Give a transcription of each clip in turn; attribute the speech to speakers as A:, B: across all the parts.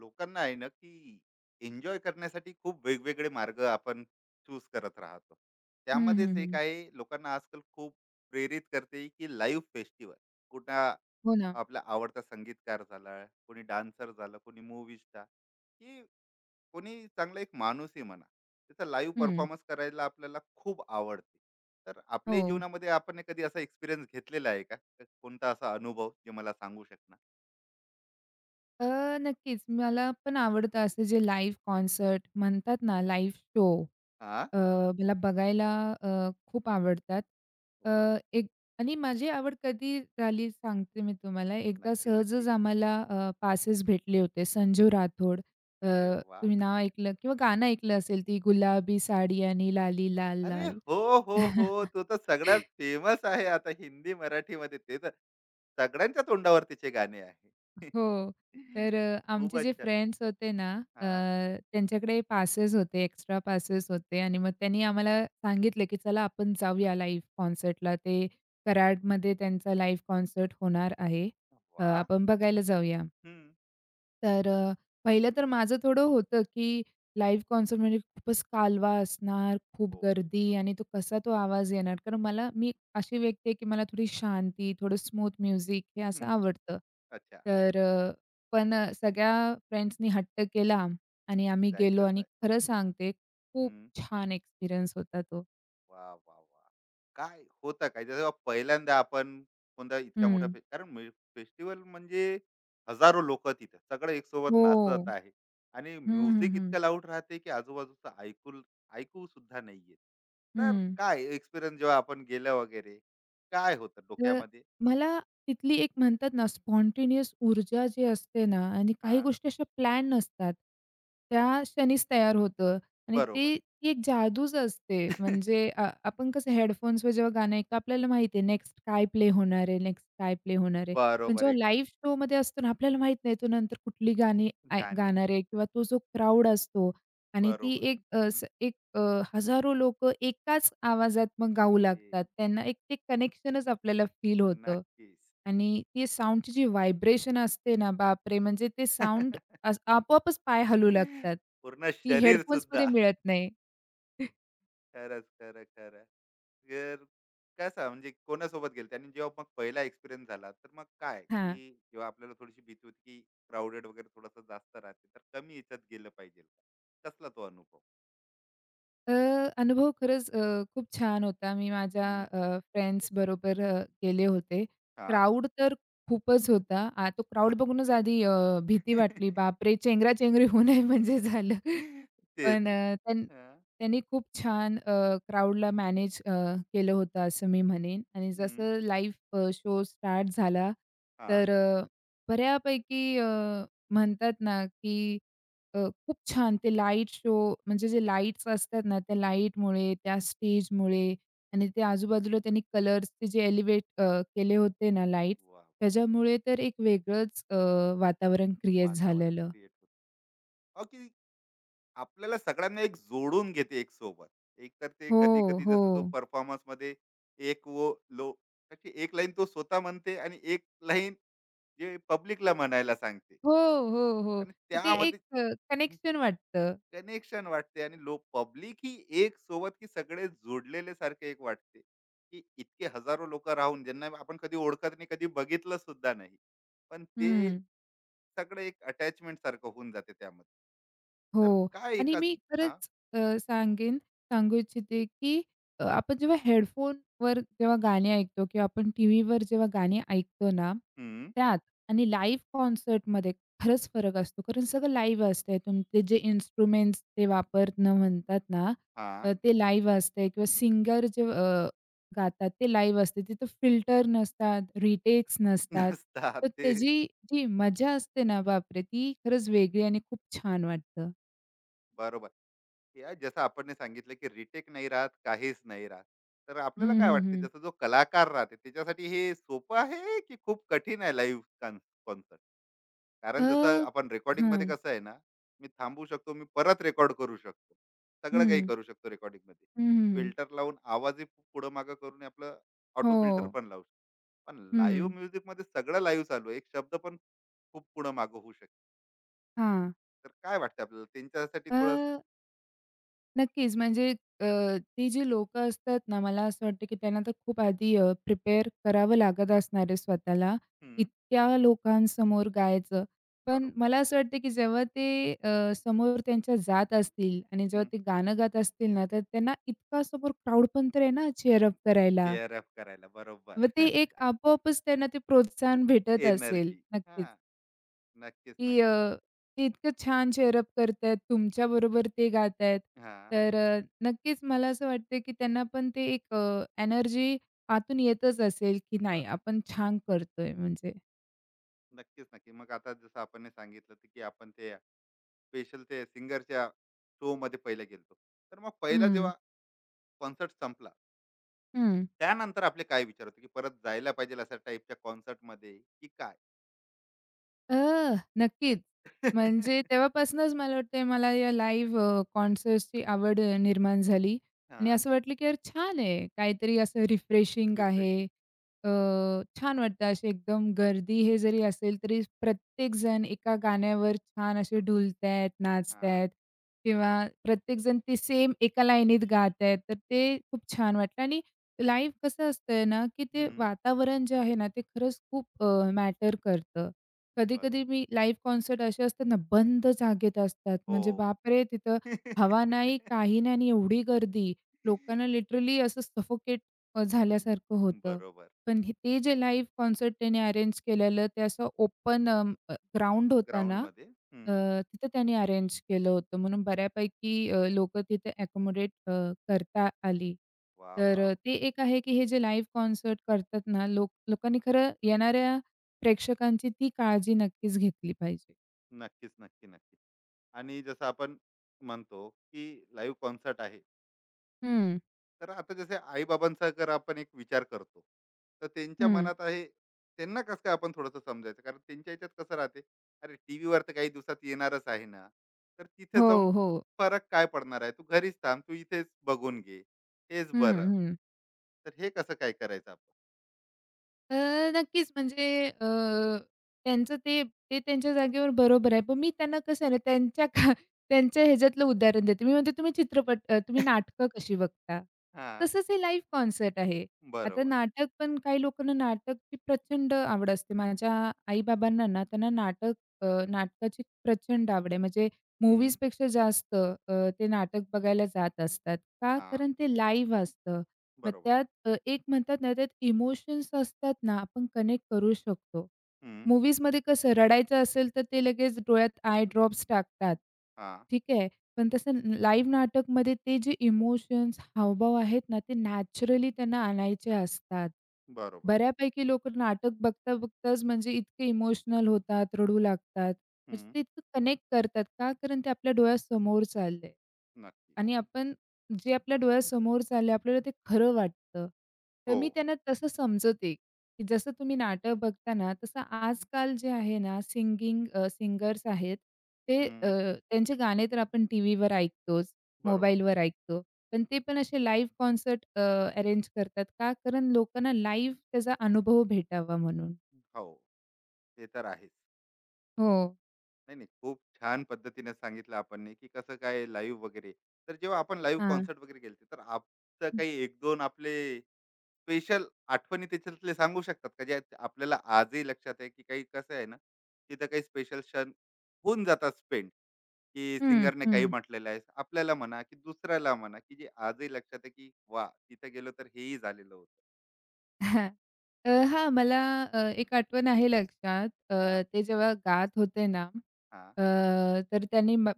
A: लोकांना आहे ना की एन्जॉय करण्यासाठी खूप वेगवेगळे मार्ग आपण चूज करत राहतो.
B: हं, हं,
A: त्यामध्येच एक
B: हं.
A: आहे लोकांना आजकाल खूप प्रेरित करते की लाईव्ह फेस्टिवल कुठं
B: हो ना.
A: आपला आवडता संगीतकार झाला, कोणी डान्सर झाला, कोणी मूवी स्टार की कोणी चांगला एक माणूसही म्हणा त्याचा लाईव्ह
B: हं.
A: परफॉर्मन्स करायला आपल्याला खूप आवडते. तर
B: हो.
A: आपल्याही जीवनामध्ये आपण कधी असा एक्सपिरियन्स घेतलेला आहे का? तर कोणता असा अनुभव जे मला सांगू शकणार?
B: अ, नक्कीच मला पण आवडतं असं जे लाईव्ह कॉन्सर्ट म्हणतात ना, लाईव्ह शो
A: हा.
B: अ, मला बघायला अ, खूप आवडतात. अ,
A: वा.
B: एक आणि माझी आवड कधी झाली सांगते मी तुम्हाला. एकदा
A: नक्की,
B: सहजच
A: नक्की.
B: आम्हाला पासेस भेटले होते संजू राठोड अ,
A: अरे वा.
B: तुम्ही नाव ऐकलं किंवा गाणं ऐकलं असेल ती गुलाबी साडी आणि लाली लाल
A: अरे
B: लाल.
A: हो, हो, हो. तो तर सगळ्यात फेमस आहे आता हिंदी, मराठीमध्ये. ते तर सगळ्यांच्या तोंडावर तिचे गाणे आहे.
B: हो. तर आमचे
A: खूपच
B: जे
A: छान.
B: फ्रेंड्स होते ना, अ,
A: हां.
B: त्यांच्याकडे पासेस होते, एक्स्ट्रा पासेस होते आणि मग त्यांनी आम्हाला सांगितलं, की चला आपण जाऊया लाईव्ह कॉन्सर्टला. ते कराडमध्ये त्यांचा लाईव्ह कॉन्सर्ट होणार आहे.
A: वाह!
B: आपण बघायला जाऊया.
A: हं.
B: तर पहिलं तर माझं थोडं होतं, की लाईव्ह कॉन्सर्ट म्हणजे खूपच कालवा असणार, खूप
A: हो.
B: गर्दी आणि तो कसा तो आवाज येणार. कारण मी अशी व्यक्ती आहे, की मला थोडी शांती, थोडं स्मूथ म्युझिक हे असं
A: हं.
B: आवडतं.
A: अच्छा.
B: तर पण सगळ्या फ्रेंड्सनी हट्ट केला आणि आम्ही गेलो
A: जायचंच
B: आणि
A: आहे.
B: खरं सांगते, खूप छान एक्सपिरियन्स होता तो.
A: वा, वा, वा, काय होतं काय? जेव्हा पहिल्यांदा आपण कोणता इतका मोठा
B: हं.
A: कारण फेस्टिव्हल म्हणजे हजारो लोकं तिथं. सगळे एकसोबत
B: हो.
A: नाचत आहे आणि
B: हं, हं,
A: म्युझिक
B: हं.
A: इतकं लाऊड राहते, की आजूबाजूचं ऐकू सुद्धा नाही येत. तर
B: हं.
A: काय एक्सपिरियन्स जेव्हा आपण गेलं वगैरे, काय होतं
B: तर
A: डोक्यामध्ये?
B: मला तिथली एक म्हणतात ना, स्पॉन्टेनियस ऊर्जा जी असते ना आणि काही
A: हां,
B: गोष्टी अशा प्लॅन नसतात. त्या क्षणीच तयार होतं आणि
A: बरोबर.
B: ती एक जादूच असते. म्हणजे आपण कसं हेडफोन्सवर जेव्हा गाणं ऐकतो आपल्याला माहिती आहे नेक्स्ट काय प्ले होणार आहे, नेक्स्ट काय प्ले होणार आहे. पण
A: बरोबर
B: जेव्हा
A: एक
B: लाईव्ह शोमध्ये असतो ना, आपल्याला माहीत नाही तो नंतर कुठली गाणी
A: गाणे.
B: गाणार आहे किंवा तो जो क्राउड असतो आणि ती
A: बरोबर.
B: एक अ, स एक अ, हजारो लोकं एकाच आवाजात मग गाऊ
A: अरे!
B: लागतात. त्यांना एक ते कनेक्शनच आपल्याला फील होतं.
A: नक्कीच.
B: आणि ती साउंडची जी व्हायब्रेशन असते ना, बापरे! म्हणजे ते साउंड अस आपोआपच पाय हलू लागतात.
A: पूर्ण
B: ती
A: शरीर
B: हेडफोन्समध्ये
A: सुद्धा.
B: मिळत नाही.
A: खरंच, खरं, खरं. तर कसं म्हणजे कोणासोबत गेलते आणि जेव्हा मग पहिला एक्सपिरियन्स झाला, तर मग काय,
B: हां.
A: की जेव्हा आपल्याला थोडीशी भीती होती, की क्राउडेड वगैरे थोडंसं जास्त राहते, तर कमी ह्याच्यात गेलं पाहिजे. कसला तो अनुभव?
B: अ, अनुभव खरंच खूप छान होता. मी माझ्या
A: हं,
B: फ्रेंड्स बरोबर गेले होते.
A: हां.
B: क्राउड तर खूपच होता. तो क्राउड बघूनच आधी भीती वाटली. बापरे! चेंगराचेंगरी होऊ नये म्हणजे झालं.
A: तेच.
B: पण अ, त्यां
A: हां,
B: त्यांनी खूप छान क्राउडला मॅनेज केलं होतं असं मी म्हणेन आणि
A: हं,
B: जसं लाईव्ह शो स्टार्ट झाला
A: हां.
B: तर बऱ्यापैकी म्हणतात ना, की खूप छान ते लाईट शो म्हणजे जे लाईट्स असतात ना, त्या लाईटमुळे, त्या स्टेजमुळे आणि ते आजूबाजूला त्यांनी कलर्सचे जे एलिव्हेट केले होते ना लाईट्स,
A: वाह, वाह, वाह!
B: त्याच्यामुळे तर एक वेगळंच वातावरण क्रिएट
A: वातावरण
B: झालेलं.
A: क्रिएट होतं. आपल्याला सगळ्यांना एक जोडून घेते एक सोबत. एक तर ते
B: हो,
A: कधी कधी
B: हो.
A: जसं जो परफॉर्मन्स मध्ये एक वो लो अशी एक लाईन तो स्वतः म्हणते आणि एक लाईन जे पब्लिकला म्हणायला सांगते
B: हो, हो, हो.
A: आणि
B: मग ते एक
A: त्यामध्ये
B: कनेक्शन वाटतं.
A: कनेक्शन वाटते आणि लो पब्लिक ही एक सोबत की सगळे जोडलेले सारखे एक वाटते की इतके हजारो लोक राहून ज्यांना आपण कधी ओळखत नाही, कधी बघितलं सुद्धा नाही, पण ते
B: हं.
A: सगळं एक अटॅचमेंट सारखं होऊन जाते त्यामध्ये. तर
B: हो.
A: काय
B: आणि
A: एकाच.
B: मी
A: हा.
B: खरंच
A: हम्म.
B: सांगू इच्छिते, की आपण जेव्हा हेडफोनवर जेव्हा गाणी ऐकतो किंवा आपण टीव्हीवर जेव्हा गाणी ऐकतो ना,
A: हम्म,
B: त्यात आणि लाईव्ह कॉन्सर्टमध्ये खरंच फरक असतो. कारण सगळं लाईव्ह असतंय. तुमचे जे इन्स्ट्रुमेंट्स ते वापरणं म्हणतात ना,
A: हा.
B: ते लाईव्ह असतंय किंवा सिंगर जे गातात ते लाईव्ह असते. तिथं फिल्टर नसतात, रिटेक्स नसतात.
A: नसतात
B: तर
A: ते.
B: त्याची जी मजा असते ना, बापरे! ती खरंच वेगळी आणि खूप छान वाटतं.
A: बरोबर. या जसं आपण नाही सांगितलं, की रिटेक नाही राहत, काहीच नाही राहत. तर
B: हं,
A: आपल्याला काय
B: हं,
A: वाटते
B: हं.
A: जसं जो कलाकार राहते त्याच्यासाठी हे सोपं आहे, की खूप कठीण आहे लाईव्ह कॉन्सर्ट?
B: अ,
A: कारण जसं आपण रेकॉर्डिंगमध्ये
B: हां.
A: कसं आहे ना, मी थांबू शकतो, मी परत रेकॉर्ड करू शकतो. सगळं काही
B: हं.
A: करू शकतो रेकॉर्डिंगमध्ये.
B: हं, हं, हं.
A: फिल्टर लावून आवाजही पुढं मागं करून आपलं ऑटो
B: हो.
A: फिल्टर पण लावू शकतो. पण लाईव्ह
B: हं.
A: म्युझिकमध्ये सगळं लाईव्ह चालू आहे. एक शब्द पण खूप पुढं मागं होऊ शकते.
B: हां.
A: तर काय वाटतं आपल्याला त्यांच्यासाठी
B: अ,
A: थोडं?
B: नक्कीच म्हणजे अ, ती जी लोकं असतात ना, मला असं वाटतं की त्यांना तर खूप आधी प्रिपेअर करावं लागत असणार आहे स्वतःला, इतक्या लोकांसमोर गायचं. पण
A: बरोबर.
B: मला असं वाटतं की जेव्हा ते समोर त्यांच्या जात असतील आणि जेव्हा
A: हं.
B: ते गाणं गात असतील ना, तर त्यांना इतका समोर क्राउड पण तर आहे ना चीअर अप करायला.
A: चेअर अप करायला, बरोबर.
B: मग ते एक आपोआपच त्यांना ते प्रोत्साहन भेटत असेल.
A: एनर्जी. हा.
B: नक्कीच.
A: नक्कीच,
B: की
A: नक्की.
B: ते इतकं छान चेअरअप करतायत, तुमच्याबरोबर ते गातायत.
A: हा.
B: तर नक्कीच मला असं वाटतं की त्यांना पण ते एक एनर्जी आतून येतच असेल की नाही
A: बरोबर.
B: आपण छान करतोय म्हणजे.
A: नक्कीच, नक्की. मग आता जसं आपण हे सांगितलं ते की आपण ते स्पेशल ते सिंगरच्या शो मध्ये पहिले गेलतो, तर मग पहिला
B: हं,
A: जेव्हा कॉन्सर्ट संपला
B: हं.
A: त्यानंतर आपले काय विचार होते की परत जायला पाहिजे अशा टाईपच्या कॉन्सर्ट मध्ये की काय?
B: अ, नक्कीच. म्हणजे तेव्हापासूनच मला वाटतंय मला या लाईव्ह कॉन्सर्ट्सची आवड निर्माण झाली आणि
A: हा.
B: असं वाटलं की यार छान आहे. काहीतरी असं रिफ्रेशिंग आहे.
A: रिफ्रेशिंग.
B: अ, छान वाटतं अशी एकदम गर्दी हे जरी असेल तरी प्रत्येकजण एका गाण्यावर छान असे डुलतायत,
A: हा.
B: नाचतायत किंवा प्रत्येकजण ते सेम एका लाईनीत गातायत. तर ते खूप छान वाटलं आणि लाईव्ह कसं असतंय ना, की ते
A: हम्म.
B: वातावरण जे आहे ना, ते खरंच खूप मॅटर करतं. कधी-कधी
A: बरोबर.
B: मी लाईव्ह कॉन्सर्ट असे असतात ना, बंद जागेत असतात.
A: हो.
B: म्हणजे बापरे! तिथं हवा नाही, काही नाही आणि एवढी गर्दी. लोकांना लिटरली असं सफोकेट झाल्यासारखं होतं.
A: बरोबर.
B: पण हे ते जे लाईव्ह कॉन्सर्ट त्याने अरेंज केलेलं, ते असं ओपन ग्राउंड होता ना,
A: ग्राउंड मध्ये.
B: अ,
A: हम्म.
B: तिथं त्यांनी अरेंज केलं होतं. म्हणून बऱ्यापैकी तिथे अकोमोडेट करता आली.
A: वा,
B: तर
A: वा.
B: ते एक आहे, की हे जे लाईव्ह कॉन्सर्ट करतात ना, लोकांनी खरं येणाऱ्या प्रेक्षकांची ती काळजी नक्कीच घेतली पाहिजे.
A: नक्कीच, नक्की, नक्की. आणि जसं आपण म्हणतो, की लाईव्ह कॉन्सर्ट आहे.
B: हं,
A: तर आता जसे आई-बाबांचा जर आपण एक विचार करतो, तर त्यांच्या
B: हं.
A: मनात आहे, त्यांना कसं काय आपण थोडंसं समजायचं? कारण त्यांच्या ह्याच्यात कसं राहते, "अरे, टीव्हीवर तर काही दिवसात येणारच आहे ना, तर तिथे जाऊन
B: हो, हो.
A: फरक काय पडणार आहे? तू घरीच थांब, तू इथेच बघून घे, हेच
B: हं,
A: बरं."
B: हं.
A: तर हे कसं काय करायचं आपण?
B: अ, नक्कीच म्हणजे त्यांचं ते ते त्यांच्या जागेवर बरोबर आहे. पण मी त्यांना कसं आहे ना त्यांच्या ह्याच्यातलं उदाहरण देते. मी म्हणते तुम्ही चित्रपट तुम्ही नाटकं कशी बघता?
A: हां,
B: तसंच हे लाईव्ह कॉन्सर्ट आहे. आता
A: बरोबर.
B: नाटक पण काही लोकांना नाटकची प्रचंड आवड असते. माझ्या आई-बाबांना ना त्यांना नाटकाची प्रचंड आवड आहे. म्हणजे
A: हं,
B: मूव्हीजपेक्षा जास्त ते नाटक बघायला जात असतात. का?
A: हां,
B: कारण ते लाईव्ह असतं. मग
A: बरोबर.
B: एक म्हणतात ना, त्यात इमोशन्स असतात ना, आपण कनेक्ट करू शकतो.
A: हं,
B: मूव्हीजमध्ये कसं रडायचं असेल, तर ते लगेच डोळ्यात आय ड्रॉप्स टाकतात.
A: हां,
B: ठीक आहे. पण तसं लाईव्ह नाटकमध्ये ते जे इमोशन्स, हावभाव आहेत ना, ते नॅचरली त्यांना आणायचे असतात.
A: बरोबर.
B: बऱ्यापैकी लोकं नाटक बघता-बघताच म्हणजे इतके इमोशनल होतात, रडू लागतात. म्हणजे
A: हं,
B: ते इतकं कनेक्ट करतात. का? कारण ते आपल्या डोळ्यासमोर चाललंय.
A: नक्की.
B: आणि आपण जे आपल्या डोळ्यासमोर झालं आपल्याला ते खरं वाटतं. तर
A: हो.
B: मी त्यांना तसं समजवते, की जसं तुम्ही नाटक बघता ना, तसं आजकाल जे आहे ना सिंगर्स आहेत. ते
A: हं,
B: अ, त्यांचे गाणे तर आपण टीव्हीवर ऐकतोच,
A: बरोबर.
B: मोबाईलवर ऐकतो. पण ते पण असे लाईव्ह कॉन्सर्ट अरेंज करतात का? कारण लोकांना लाईव्ह त्याचा अनुभव भेटावा म्हणून.
A: हो, ते तर आहेच.
B: हो.
A: नाही, नाही, खूप छान पद्धतीने सांगितलं आपण नी, की कसं काय लाईव्ह वगैरे. तर जेव्हा आपण लाईव्ह
B: हां.
A: कॉन्सर्ट वगैरे गेलते, तर आपचं काही एक दोन आपले स्पेशल आठवणी त्याच्यातले सांगू शकतात का? जे आपल्याला आजही लक्षात आहे, की काही कसं आहे ना, तिथं काही स्पेशल क्षण होऊन जातात स्पेंड, की
B: हं,
A: सिंगरने काही
B: हं.
A: म्हटलेलं आहे. आपल्याला म्हणा, की दुसऱ्याला म्हणा, की जे आजही लक्षात आहे, की वाह! तिथं गेलो तर हेही झालेलं होतं.
B: हां, मला एक आठवण आहे लक्षात.
A: हां,
B: ते जेव्हा गात होते ना,
A: हां.
B: अ, तर त्यांनी म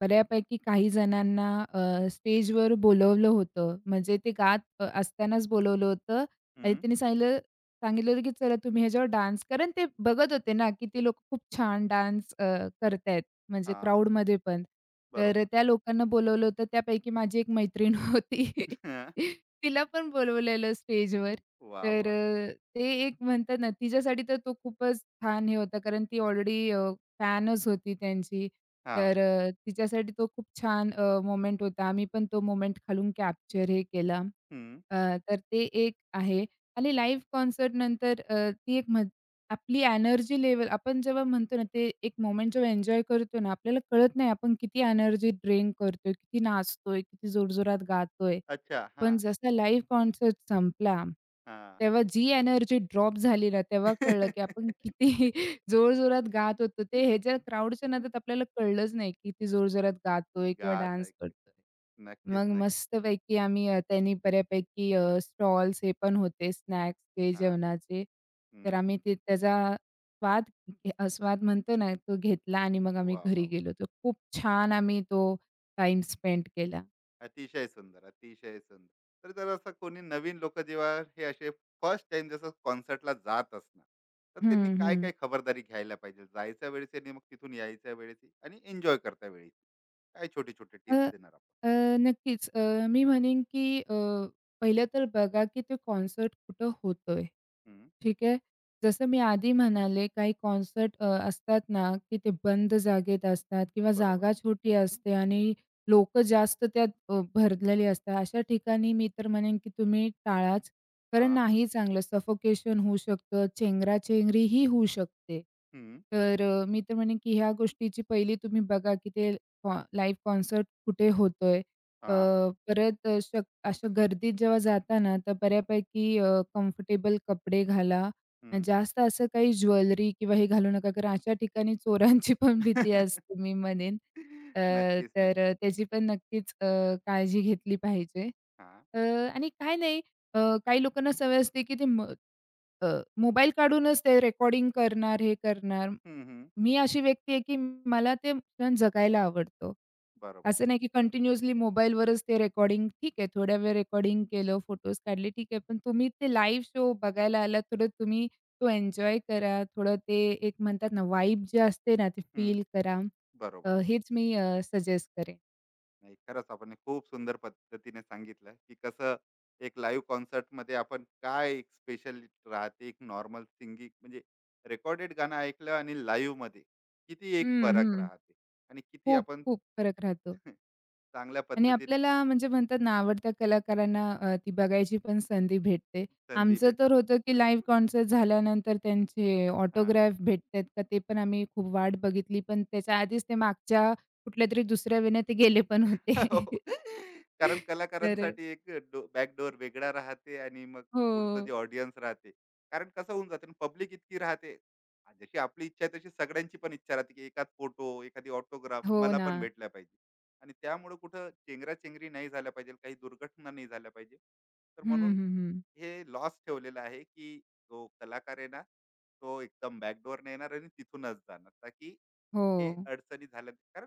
B: बऱ्यापैकी काही जणांना अ, स्टेजवर बोलवलं होतं. म्हणजे ते गात असतानाच बोलवलं होतं आणि
A: हं,
B: त्यांनी सांगितलं सांगितलं होतं, की "चला तुम्ही ह्याच्यावर डान्स" कारण ते बघत होते ना, की ती लोकं खूप छान डान्स करतायत म्हणजे
A: हां,
B: क्राउडमध्ये पण. तर
A: बरोबर.
B: त्या लोकांना बोलवलं होतं. त्यापैकी माझी एक मैत्रीण होती. तिला पण बोलवलेलं स्टेजवर.
A: वाह!
B: तर
A: वाह!
B: ते एक म्हणतात ना, तिच्यासाठी तर तो खूपच छान हे होता, कारण ती ऑलरेडी फॅनच होती त्यांची. तर
A: हां.
B: तिच्यासाठी तो खूप छान मोमेंट होता. आम्ही पण तो मोमेंट खालून कॅप्चर हे केला.
A: हं.
B: अ, तर ते एक आहे आणि लाईव्ह कॉन्सर्टनंतर ती एक म्हण आपली एनर्जी लेव्हल आपण जेव्हा म्हणतो ना, ते एक मोमेंट जेव्हा एन्जॉय करतो ना, आपल्याला कळत नाही आपण किती एनर्जी ड्रेन करतोय, किती नाचतोय, किती जोरजोरात गातोय.
A: अच्छा.
B: पण
A: हां,
B: जसा लाईव्ह कॉन्सर्ट संपला,
A: हां.
B: तेव्हा जी एनर्जी ड्रॉप झाली ना, तेव्हा कळलं की आपण किती जोरजोरात गात होतो. ते ह्याच्या क्राउडच्या नादात आपल्याला कळलंच नाही, किती जोरजोरात गातोय किंवा
A: गात
B: डान्स
A: आहे.
B: करतोय.
A: नक्कीच,
B: मग
A: नक्की.
B: मस्तपैकी आम्ही त्यांनी बऱ्यापैकी स्टॉल्स हे पण होते स्नॅक्स ते
A: हां.
B: जेवणाचे.
A: हं.
B: तर आम्ही ते त्याचा स्वाद स्वाद म्हणतो ना, तो घेतला आणि मग आम्ही
A: वाह! वाह!
B: घरी
A: वाह!
B: गेलो होतो. खूप छान आम्ही तो टाईम स्पेंड केला.
A: अतिशय सुंदर, अतिशय सुंदर. तर जर असं कोणी नवीन लोकं जेव्हा हे असे फर्स्ट टाईम जसं कॉन्सर्टला जात असणार, तर त्यांनी
B: हं, हं.
A: काय-काय खबरदारी घ्यायला पाहिजे? जायच्या वेळेस आणि मग तिथून यायच्या वेळेसही आणि एन्जॉय करता वेळेस. काय छोटे-छोटे
B: अ,
A: टिप्स देणार आपण?
B: अ, नक्कीच. मी म्हणेन की पहिलं तर बघा की ते कॉन्सर्ट कुठं होतोय.
A: हं.
B: ठीक आहे. जसं मी आधी म्हणाले काही कॉन्सर्ट असतात ना, की ते बंद जागेत असतात किंवा
A: बरोबर.
B: जागा छोटी असते आणि लोकं जास्त त्यात भरलेली असतात. अशा ठिकाणी मी तर म्हणेन, की तुम्ही टाळाच. कारण
A: हां.
B: नाही चांगलं सफोकेशन होऊ शकतं, चेंगरा-चेंगरी ही होऊ शकते.
A: हं.
B: तर मी तर म्हणेन, की ह्या गोष्टीची पहिली तुम्ही बघा, की ते लाईव्ह कॉन्सर्ट कुठे होतोय? अ,
A: हां.
B: परत असं गर्दीत जेव्हा जाता ना, तर बऱ्यापैकी कम्फर्टेबल कपडे घाला.
A: हं.
B: जास्त असं काही ज्वेलरी किंवा हे घालू नका, कारण अशा ठिकाणी चोरांची पण भीती असते मी म्हणेन. अ,
A: नक्कीच,
B: तर
A: नक्की.
B: त्याची पण नक्कीच काळजी घेतली पाहिजे.
A: हां.
B: अ, आणि काय नाही, अ, काही लोकांना सवय असते की अ, मोबाईल काढूनच ते रेकॉर्डिंग करणार, हे करणार.
A: हं, हं.
B: मी अशी व्यक्ती आहे, की मला ते क्षण जगायला आवडतो
A: बरोबर
B: असं
A: की.
B: नाही, की कंटिन्युअसली मोबाईलवरच ते रेकॉर्डिंग ठीक आहे, थोड्या वेळ रेकॉर्डिंग केलं, फोटोज काढले, ठीक आहे. पण तुम्ही ते लाईव्ह शो बघायला आलात, थोडं तुम्ही तो एन्जॉय करा. थोडं ते एक म्हणतात ना, वाइब जे असते ना, ते
A: हं,
B: फील करा.
A: बरोबर.
B: हेच मी सजेस्ट करेन.
A: नाही, खरंच आपण हे खूप सुंदर पद्धतीने सांगितलं, की कसं एक लाईव्ह कॉन्सर्टमध्ये आपण काय स्पेशल राहते, एक नॉर्मल सिंगिंग म्हणजे रेकॉर्डेड गाणं ऐकलं आणि लाईव्हमध्ये किती एक
B: हं,
A: फरक
B: हं.
A: राहते आणि किती
B: खूप,
A: आपण
B: खूप फरक राहतो.
A: चांगल्या
B: आणि
A: पद्धतीने.
B: आपल्याला म्हणजे म्हणतात ना, आवडत्या कलाकारांना ती बघायची पण संधी भेटते.
A: संधी
B: आमचं
A: भेट.
B: तर होतं, की लाईव्ह कॉन्सर्ट झाल्यानंतर त्यांचे
A: हां.
B: ऑटोग्राफ भेटतात का, ते पण आम्ही खूप वाट बघितली. पण त्याच्या आधीच ते मागच्या कुठल्यातरी दुसऱ्या वेळेने ते गेले पण होते.
A: हो. कारण
B: तर
A: कलाकारांसाठी एक बॅकडोर वेगळा राहते आणि मग
B: हो.
A: पुढचं जे ऑडियन्स राहते. कारण कसं होऊन जाते, पब्लिक इतकी राहते. आ, जशी आपली इच्छा आहे तशी सगळ्यांची पण इच्छा राहते, की एखाद फोटो, एखादी ऑटोग्राफ
B: हो
A: मला
B: ना.
A: पण भेटला पाहिजे. आणि त्यामुळे कुठं चेंगरा नाही झाल्या पाहिजे, काही दुर्घटना नाही झाल्या पाहिजे. तर
B: हं,
A: म्हणून
B: हं, हं.
A: हे लॉस ठेवलेला आहे, की जो कलाकार आहे ना, तो एकदम बॅकडोरने येणार आणि तिथूनच जाणार. ताकी हे
B: हो.
A: अडचणी झाल्या, कारण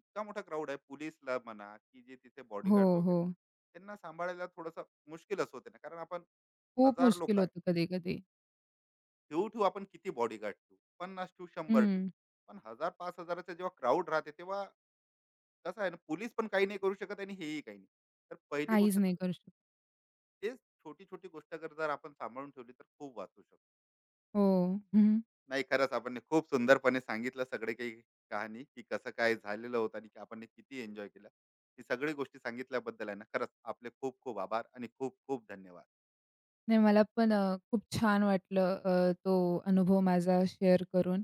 A: इतका मोठा क्राऊड आहे. पोलीसला म्हणा की जे तिथे
B: हो,
A: बॉडीगार्ड
B: हो.
A: वगैरे आहे, त्यांना सांभाळायला थोडंसं मुश्किलच होते ना, कारण आपण
B: खूप
A: 1000
B: मुश्किल
A: लोक आहे.
B: होतं कधी-कधी.
A: ठेवू ठेवू आपण किती बॉडीगार्ड ठेवू, 50 ठेवू, 100 ठेवू.
B: हं.
A: पण 1000, 5000चा जेव्हा क्राऊड राहते तेव्हा कसं आहे ना, पोलीस पण काही नाही करू शकत आणि हेही काही नाही. तर पहिली
B: काहीच
A: गोष्ट तर
B: नाही करू शकत.
A: तेच, छोटी छोटी गोष्ट जर जर आपण सांभाळून ठेवली तर खूप वाचू शकतो.
B: हो. हं.
A: नाही, खरंच आपण खूप सुंदरपणे सांगितलं सगळे काही, कहाणी की कसं काय झालेलं होतं आणि की आपण किती एन्जॉय केलं. ही सगळी गोष्टी सांगितल्याबद्दल आहे ना, खरंच आपले खूप खूप आभार आणि खूप खूप धन्यवाद.
B: नाही मला पण खूप छान वाटलं तो अनुभव माझा शेअर करून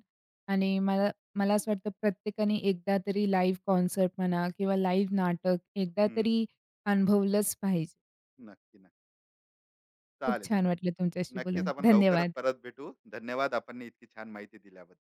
B: आणि मला मला असं वाटतं प्रत्येकाने एकदा तरी लाईव्ह कॉन्सर्ट म्हणा किंवा लाईव्ह नाटक एकदा
A: हम्म,
B: तरी अनुभवलंच पाहिजे.
A: नक्की, नक्की.
B: खूप
A: चालेल
B: छान
A: ना.
B: वाटलं तुमच्याशी
A: नक्कीच,
B: बोलून.
A: आपण लवकरच
B: धन्यवाद.
A: परत भेटू. धन्यवाद आपण इतकी छान माहिती दिल्याबद्दल.